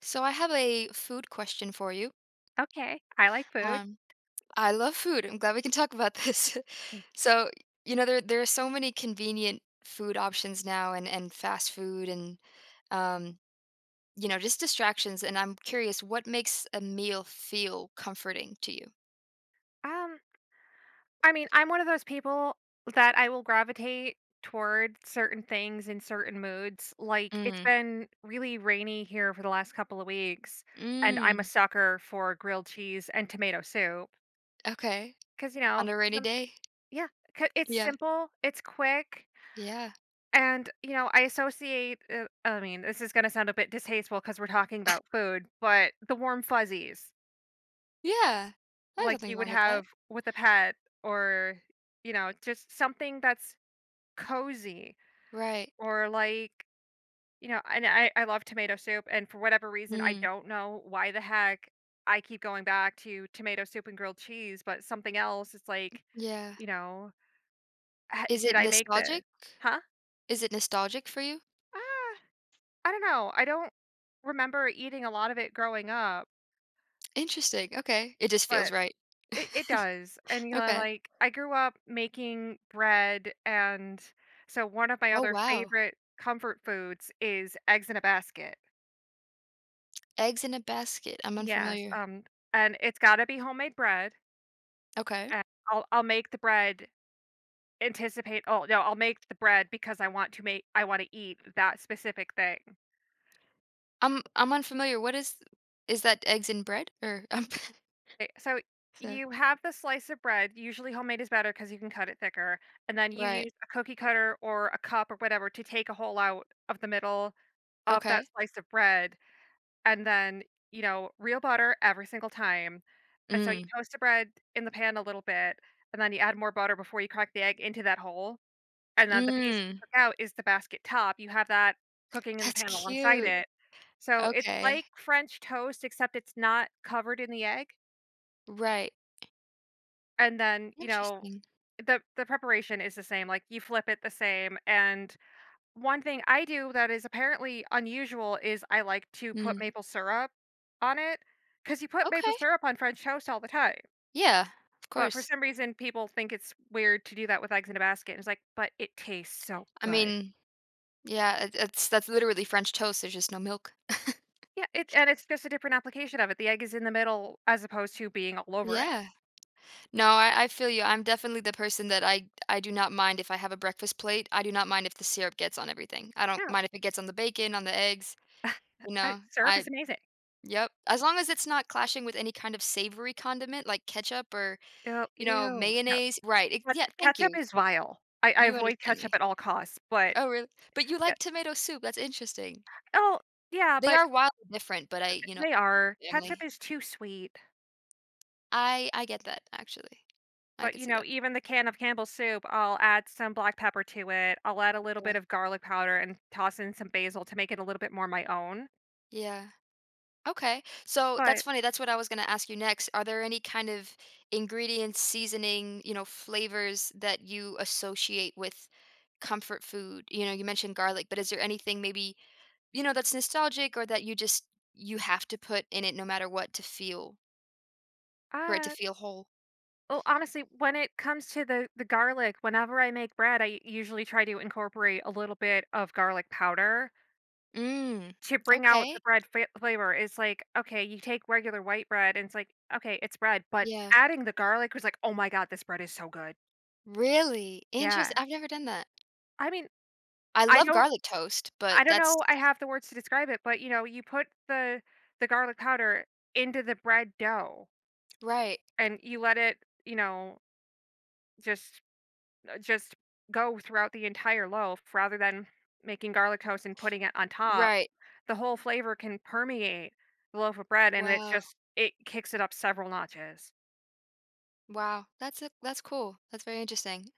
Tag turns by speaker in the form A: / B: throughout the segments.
A: So I have a food question for you.
B: Okay, I like food.
A: Um, I love food. I'm glad we can talk about this. So, you know, there are so many convenient food options now and fast food and um, you know, just distractions. And I'm curious, what makes a meal feel comforting to you?
B: Um, I mean, I'm one of those people that I will gravitate toward certain things in certain moods. Like, it's
A: Mm.
B: been really rainy here for the last couple of weeks, and I'm a
A: Mm.
B: sucker for grilled cheese and tomato soup
A: Okay.
B: because, you know,
A: On a rainy
B: some,
A: day?
B: yeah, it's
A: Yeah.
B: simple, it's quick.
A: Yeah.
B: And, you know, I associate, I mean, this is going to sound a bit distasteful because we're talking about food, but the warm fuzzies,
A: Yeah. There's
B: like
A: nothing
B: you would
A: wrong with that.
B: have with a pet, or, you know, just something that's cozy,
A: Right.
B: or like, you know. And I love tomato soup, and for whatever reason, I
A: Mm.
B: don't know why the heck I keep going back to tomato soup and grilled cheese, but something else it's like,
A: Yeah.
B: you know, "Ah,
A: Is
B: did
A: it
B: I make
A: nostalgic?
B: this, huh?"
A: Is it nostalgic for you?
B: Ah, I don't know, I don't remember eating a lot of it growing up,
A: Interesting, okay. It just feels
B: but...
A: right.
B: It does, and, you know,
A: Okay.
B: like, I grew up making bread, and so one of my
A: Oh,
B: other
A: wow.
B: favorite comfort foods is eggs in a basket.
A: Eggs in a basket, I'm
B: Yes,
A: unfamiliar.
B: and it's gotta be homemade bread,
A: Okay.
B: and I'll make the bread. Anticipate Oh, no, I'll make the bread because I want to make, I wanna eat that specific thing.
A: I'm unfamiliar, what is that eggs in bread? Or ?
B: Okay, so
A: So
B: you have the slice of bread. Usually homemade is better because you can cut it thicker. And then you
A: right,
B: use a cookie cutter or a cup or whatever to take a hole out of the middle of that
A: okay.
B: slice of bread. And then, you know, real butter every single time. And so you
A: Mm,
B: toast the bread in the pan a little bit. And then you add more butter before you crack the egg into that hole. And then the piece you
A: mm,
B: cook out is the basket top. You have that cooking in the
A: that's
B: pan alongside
A: cute.
B: it. So it's
A: Okay,
B: like French toast, except it's not covered in the egg.
A: right.
B: And then, you know,
A: Interesting.
B: the preparation is the same, like, you flip it the same, and one thing I do that is apparently unusual is I like to put
A: Mm,
B: maple syrup on it because you put maple
A: okay.
B: syrup on French toast all the time,
A: Yeah, of
B: but for
A: course.
B: some reason, people think it's weird to do that with eggs in a basket, and it's like, "But it tastes so
A: I
B: good."
A: mean, yeah, it's that's literally French toast, there's just no milk.
B: Yeah, it, and it's just a different application of it. The egg is in the middle as opposed to being all over it.
A: Yeah. No, I feel you. I'm definitely the person that I do not mind if I have a breakfast plate. I do not mind if the syrup gets on everything. I don't
B: Yeah,
A: mind if it gets on the bacon, on the eggs, you
B: I,
A: know.
B: syrup
A: I
B: is amazing.
A: yep. As long as it's not clashing with any kind of savory condiment like ketchup or,
B: Ew,
A: you know,
B: ew.
A: mayonnaise. Right. It,
B: But
A: yeah, thank
B: ketchup
A: you.
B: is vile. I
A: You
B: avoid
A: understand
B: ketchup
A: me.
B: at all costs, but
A: Oh, really? But you
B: yeah.
A: like tomato soup. That's interesting.
B: Oh, yeah,
A: They
B: but
A: are wildly different, but I, you know,
B: they are. Ketchup
A: family.
B: is too sweet,
A: I get that actually. I
B: but,
A: could
B: you
A: see
B: know,
A: that.
B: even the can of Campbell's soup, I'll add some black pepper to it, I'll add a little bit of garlic powder and toss in some basil to make it a little bit more my own,
A: Yeah. Okay. So that's
B: but,
A: funny. That's what I was going to ask you next. Are there any kind of ingredients, seasoning, you know, flavors that you associate with comfort food? You know, you mentioned garlic, but is there anything maybe, you know, that's nostalgic or that you just you have to put in it no matter what to feel for it to
B: uh
A: feel whole?
B: well, honestly, when it comes to the garlic, whenever I make bread, I usually try to incorporate a little bit of garlic powder
A: Mm.
B: to bring out the
A: Okay.
B: bread fa flavor. Is like, okay, you take regular white bread and it's like, okay, it's bread, but
A: Yeah.
B: adding the garlic was like, "Oh my god, this bread is so good."
A: Really? Interesting.
B: Yeah.
A: I've never done that.
B: I mean,
A: I
B: I
A: love
B: don't
A: garlic toast, but
B: I don't
A: that's
B: know I have the words to describe it, but, you know, you put the garlic powder into the bread dough
A: right.
B: and you let it, you know, just just go throughout the entire loaf rather than making garlic toast and putting it on top.
A: Right.
B: The whole flavor can permeate the loaf of bread, and it
A: Wow.
B: just, it kicks it up several notches.
A: Wow. That's a, that's cool. That's very interesting.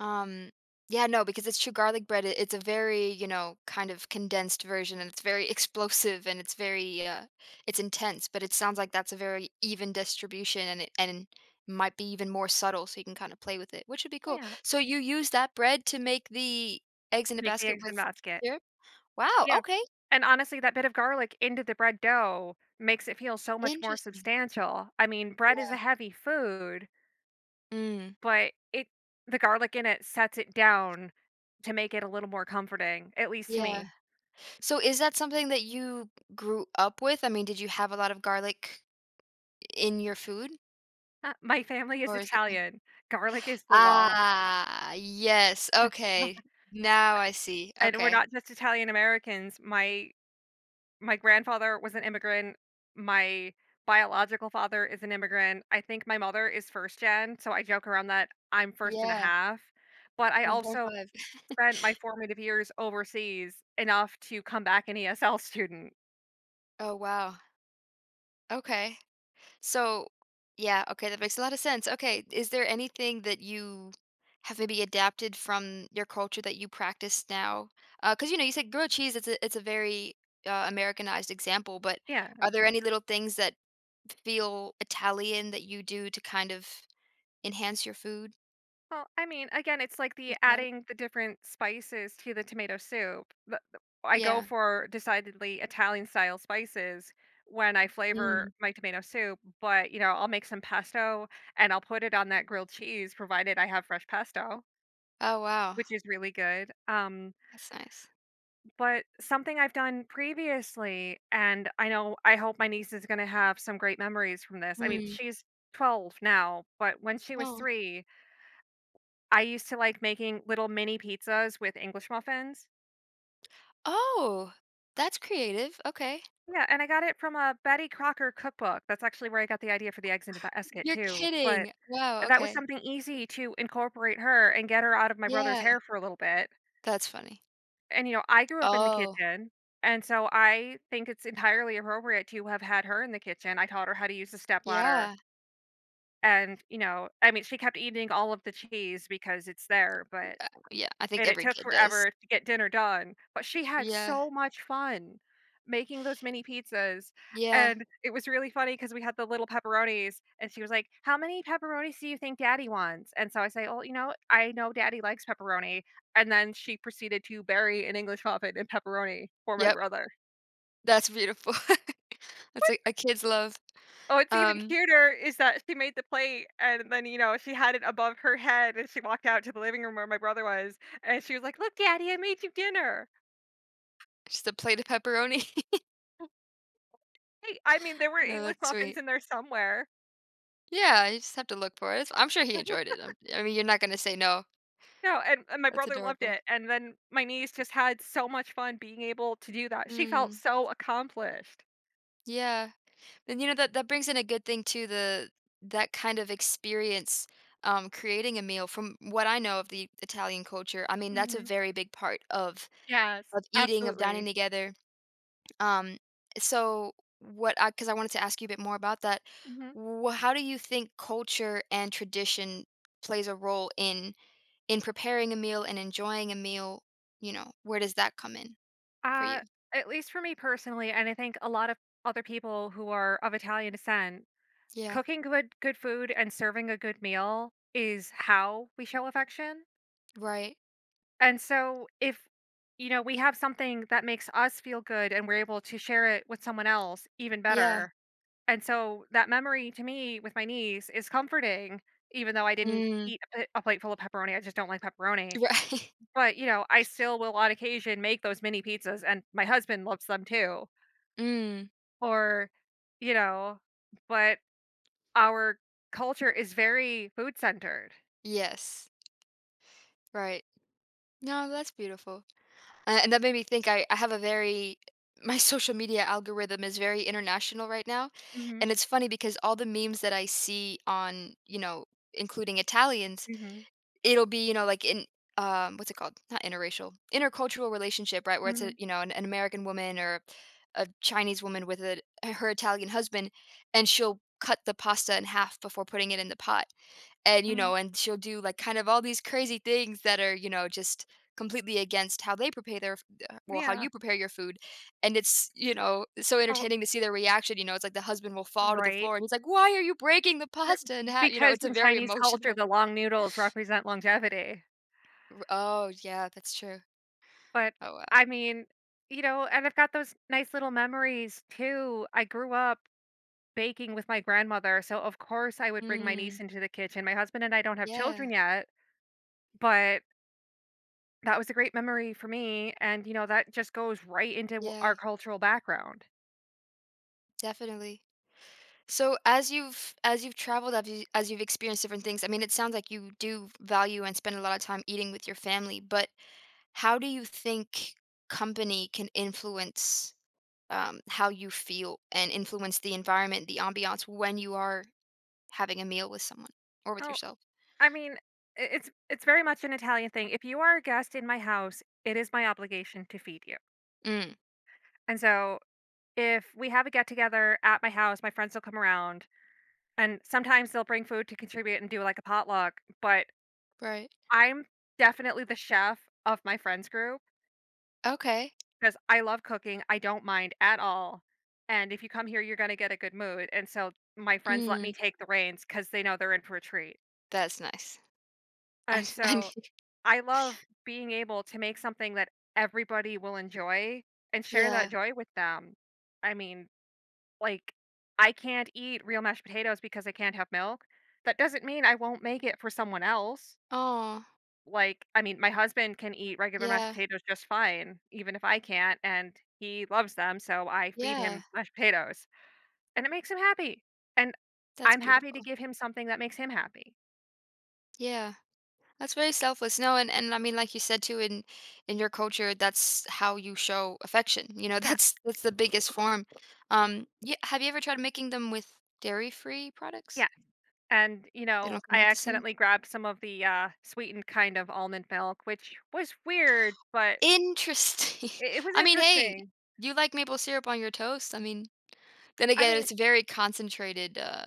A: Um, yeah, no, because it's true garlic bread, it, it's a very, you know, kind of condensed version and it's very explosive and it's very it's intense, but it sounds like that's a very even distribution and it and might be even more subtle so you can kind of play with it, which would be cool.
B: Yeah.
A: So you use that bread to make the eggs in a
B: Make the
A: basket
B: eggs and
A: with
B: basket.
A: syrup? Wow,
B: Yeah.
A: okay.
B: And honestly, that bit of garlic into the bread dough makes it feel so much more
A: Interesting.
B: substantial. I mean, bread is a
A: Yeah.
B: heavy food,
A: Mm.
B: but it, the garlic in it sets it down to make it a little more comforting, at least to
A: Yeah.
B: me.
A: So is that something that you grew up with? I mean, did you have a lot of garlic in your food
B: My family is
A: or is it
B: Italian. Garlic is the law.
A: Ah, yes, okay. Now I see,
B: And we're
A: okay.
B: not just Italian Americans. My grandfather was an immigrant. My biological father is an immigrant. I think my mother is first gen, so I joke around that I'm first and a
A: Yeah,
B: half. But I also
A: 1.5.
B: spent my formative years overseas enough to come back an ESL student.
A: Oh, wow, okay. So yeah, okay, that makes a lot of sense, okay, is there anything that you have maybe adapted from your culture that you practice now? 'Cause, you know, you said grilled cheese, it's a very, Americanized example, but
B: Yeah.
A: are there any little things that feel Italian that you do to kind of enhance your food?
B: Well, I mean, again, it's like the
A: Think about it.
B: adding the different spices to the tomato soup. I go
A: Yeah.
B: for decidedly Italian style spices when I flavor
A: Mm.
B: my tomato soup, but, you know, I'll make some pesto and I'll put it on that grilled cheese, provided I have fresh pesto,
A: Oh, wow.
B: which is really good.
A: That's nice.
B: But something I've done previously, and I know, I hope my niece is going to have some great memories from this. I mean,
A: Mm.
B: she's 12 now, but when she was
A: Oh.
B: 3, I used to like making little mini pizzas with English muffins.
A: Oh! That's creative, okay.
B: Yeah, and I got it from a Betty Crocker cookbook. That's actually where I got the idea for the eggs in the basket
A: You're
B: too, but
A: kidding. Wow,
B: that was
A: okay.
B: something easy to incorporate her and get her out of my brother's
A: Yeah,
B: hair for a little bit,
A: that's funny.
B: and, you know, I grew up in the
A: Oh,
B: kitchen, and so I think it's entirely appropriate to have had her in the kitchen. I taught her how to use the stepladder
A: yeah.
B: and, you know, I mean, she kept eating all of the cheese because it's there, but...
A: Yeah, I think
B: And it
A: every
B: took
A: kid does.
B: forever to get dinner done, but she had
A: Yeah.
B: so much fun making those mini pizzas,
A: Yeah.
B: and it was really funny because we had the little pepperonis, and she was like, "How many pepperonis do you think daddy wants?" And so I say, "Oh, you know, I know daddy likes pepperoni," and then she proceeded to bury an English muffin in pepperoni for my
A: Yep,
B: brother.
A: that's beautiful. That's
B: What?
A: a kid's love.
B: Oh, it's even
A: Um,
B: cuter is that she made the plate, and then, you know, she had it above her head, and she walked out to the living room where my brother was, and she was like, "Look, daddy, I made you dinner."
A: just a plate of pepperoni.
B: Hey, I mean, there were
A: No,
B: English
A: that's
B: muffins
A: sweet.
B: in there somewhere.
A: Yeah, you just have to look for it. It's I'm sure he enjoyed it. I'm I mean, you're not gonna say no.
B: No, and my
A: That's
B: brother loved
A: adorable.
B: it, and then my niece just had so much fun being able to do that. She felt
A: Mm,
B: so accomplished.
A: yeah. And you know that that brings in a good thing too, the that kind of experience creating a meal from what I know of the Italian culture. I mean, that's a
B: Mhm.
A: very big part
B: Yes,
A: of eating, of dining
B: absolutely.
A: together. Um, so what I because I wanted to ask you a bit more about that.
B: Mhm.
A: Wh- how do you think culture and tradition plays a role in preparing a meal and enjoying a meal? You know, where does that come in for you?
B: Uh, at least for me personally, and I think a lot of other people who are of Italian descent,
A: Yeah.
B: cooking good food and serving a good meal is how we show affection.
A: Right.
B: And so if, you know, we have something that makes us feel good and we're able to share it with someone else, even
A: Yeah.
B: better. And so that memory to me with my niece is comforting, even though I didn't
A: Mm.
B: eat a, a plate full of pepperoni. I just don't like pepperoni.
A: Right.
B: But, you know, I still will on occasion make those mini pizzas and my husband loves them too.
A: Mm.
B: Or, you know, but our culture is very food centered.
A: Yes. Right. No, that's beautiful. And that made me think I have a very my social media algorithm is very international right now.
B: Hmm.
A: And it's funny because all the memes that I see on, you know, including Italians,
B: Hmm.
A: it'll be, you know, like in what's it called? Not interracial. Intercultural relationship, right? Where it's a,
B: Hmm.
A: you know, an American woman or a Chinese woman with a her Italian husband and she'll cut the pasta in half before putting it in the pot and you
B: Hmm.
A: know and she'll do like kind of all these crazy things that are you know just completely against how they prepare their well how
B: Yeah.
A: you prepare your food and it's you know so
B: Oh,
A: entertaining to see their reaction you know it's like the husband will fall to the
B: right.
A: floor and he's like why are you breaking the pasta and how you know
B: Because
A: it's a
B: in
A: very
B: Chinese culture,
A: emotional
B: the long noodles represent longevity.
A: oh yeah that's true
B: But
A: oh wow
B: I mean, you know, and I've got those nice little memories too. I grew up baking with my grandmother, so of course I would bring my niece
A: mm,
B: into the kitchen. My husband and I don't have
A: yeah
B: children yet, but that was a great memory for me. And, you know, that just goes right into
A: yeah
B: our cultural background.
A: definitely so as you've traveled as, you, as you've experienced different things I mean it sounds like you do value and spend a lot of time eating with your family but how do you think company can influence, how you feel and influence the environment, the ambiance when you are having a meal with someone or with
B: Well,
A: yourself?
B: I mean, it's very much an Italian thing. If you are a guest in my house, it is my obligation to feed you.
A: Mm,
B: And so if we have a get together at my house, my friends will come around. And sometimes they'll bring food to contribute and do, like, a potluck, but
A: right.
B: I'm definitely the chef of my friends group
A: Okay.
B: because I love cooking, I don't mind at all, and if you come here, you're gonna get a good mood, and so my friends let
A: Mm,
B: me take the reins because they know they're in for a treat,
A: that's nice.
B: and
A: I
B: so I love being able to make something that everybody will enjoy and share that
A: Yeah.
B: joy with them. I mean, like, I can't eat real mashed potatoes because I can't have milk. That doesn't mean I won't make it for someone else.
A: Oh.
B: Like, I mean, my husband can eat regular mashed
A: Yeah,
B: potatoes just fine, even if I can't, and he loves them, so I feed
A: yeah,
B: him mashed potatoes, and it makes him happy, and
A: that's
B: I'm happy to
A: beautiful.
B: give him something that makes him happy.
A: Yeah. That's very selfless. No, and I mean, like you said too, in your culture, that's how you show affection. You know,
B: Yeah,
A: that's the biggest form. Yeah, have you ever tried making them with dairy-free products?
B: yeah, and, you
A: They
B: know,
A: don't come
B: I
A: out the same.
B: accidentally grabbed some of the, sweetened kind of almond milk, which was weird, but
A: Interesting.
B: it was
A: I mean, hey,
B: interesting.
A: you like maple syrup on your toast? I mean, then
B: I
A: again,
B: mean,
A: it's a very concentrated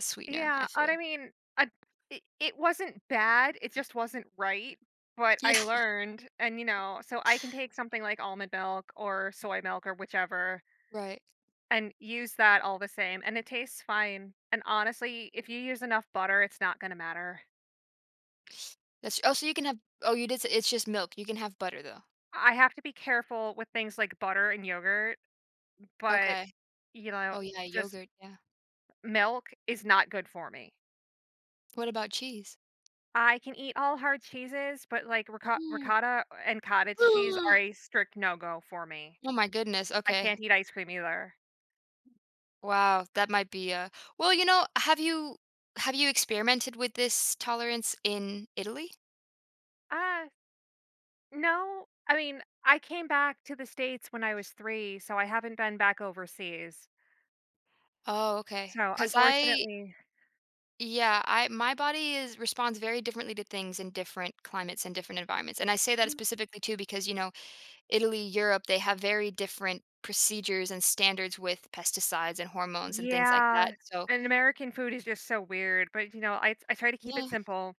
A: sweetener. I
B: yeah, and I
A: feel.
B: mean, I it wasn't bad, it just wasn't right, but
A: Yeah.
B: I learned and, you know, so I can take something like almond milk or soy milk or whichever
A: Right.
B: and use that all the same, and it tastes fine, and honestly, if you use enough butter, it's not gonna matter.
A: That's oh, so you can have. Oh, you did. Say, it's just milk. You can have butter though.
B: I have to be careful with things like butter and yogurt, but,
A: Okay.
B: you know,
A: Oh yeah,
B: just
A: yogurt. Yeah.
B: milk is not good for me.
A: What about cheese?
B: I can eat all hard cheeses, but, like, ricotta and cottage cheese are a strict no-go for me.
A: Oh my goodness.
B: I
A: Okay.
B: can't eat ice cream either.
A: Wow, that might be a well, you know, have you experimented with this tolerance in Italy?
B: Uh, no. I mean, I came back to the States when I was 3, so I haven't been back overseas.
A: Oh, okay,
B: So,
A: because I
B: unfortunately...
A: yeah, I my body is responds very differently to things in different climates and different environments. And I say that specifically too because, you know, Italy, Europe, they have very different procedures and standards with pesticides and hormones and things like that.
B: Yeah,
A: So,
B: and American food is just so weird, but, you know, I try to keep
A: yeah,
B: it simple,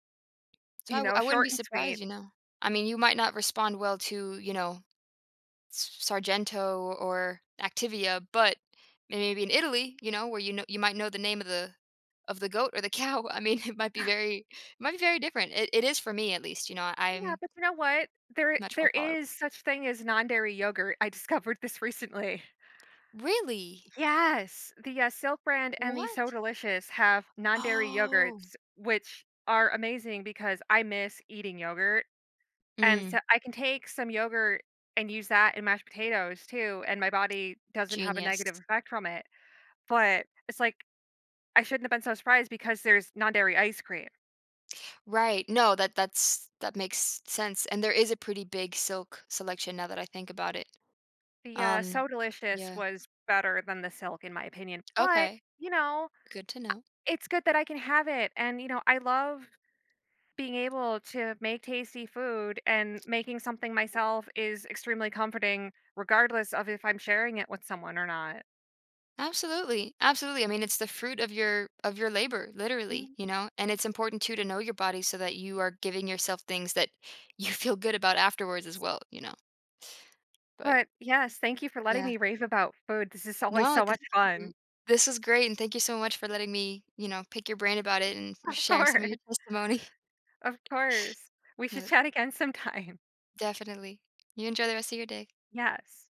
A: so I,
B: you
A: w-
B: know,
A: I wouldn't
B: short
A: be
B: and
A: surprised,
B: sweet.
A: you know. I mean, you might not respond well to, you know, Sargento or Activia, but maybe in Italy, you know, where you know you might know the name of the goat or the cow. I mean, it might be very it might be very different. It is for me at least. You know,
B: Yeah,
A: I'm
B: but you know what? There
A: much more
B: there
A: tolerable.
B: is such thing as non-dairy yogurt. I discovered this recently.
A: Really?
B: Yes, the Silk brand and the So
A: What?
B: Delicious have non-dairy
A: Oh,
B: yogurts, which are amazing because I miss eating yogurt, and so
A: mm,
B: I can take some yogurt and use that in mashed potatoes too, and my body doesn't have a
A: genius.
B: negative effect from it. But it's like, I shouldn't have been so surprised because there's non-dairy ice cream.
A: Right. No, that that's that makes sense. And there is a pretty big silk selection now that I think about it.
B: The
A: Um,
B: So Delicious
A: yeah.
B: was better than the Silk in my opinion, but,
A: Okay.
B: you know,
A: Good to know.
B: it's good that I can have it, and you know I love being able to make tasty food, and making something myself is extremely comforting, regardless of if I'm sharing it with someone or not.
A: Absolutely. Absolutely. I mean, it's the fruit of your labor, literally,
B: Mm.
A: you know? And it's important too to know your body so that you are giving yourself things that you feel good about afterwards as well, you know? But
B: But yes, thank you for letting
A: yeah.
B: me rave about food. This is always
A: No,
B: so
A: thank
B: much
A: you.
B: fun.
A: This was great and thank you so much for letting me, you know, pick your brain about it and
B: Of
A: sharing some of your
B: course.
A: testimony.
B: Of course. We should
A: But
B: chat again sometime.
A: definitely. You enjoy the rest of your day.
B: Yes.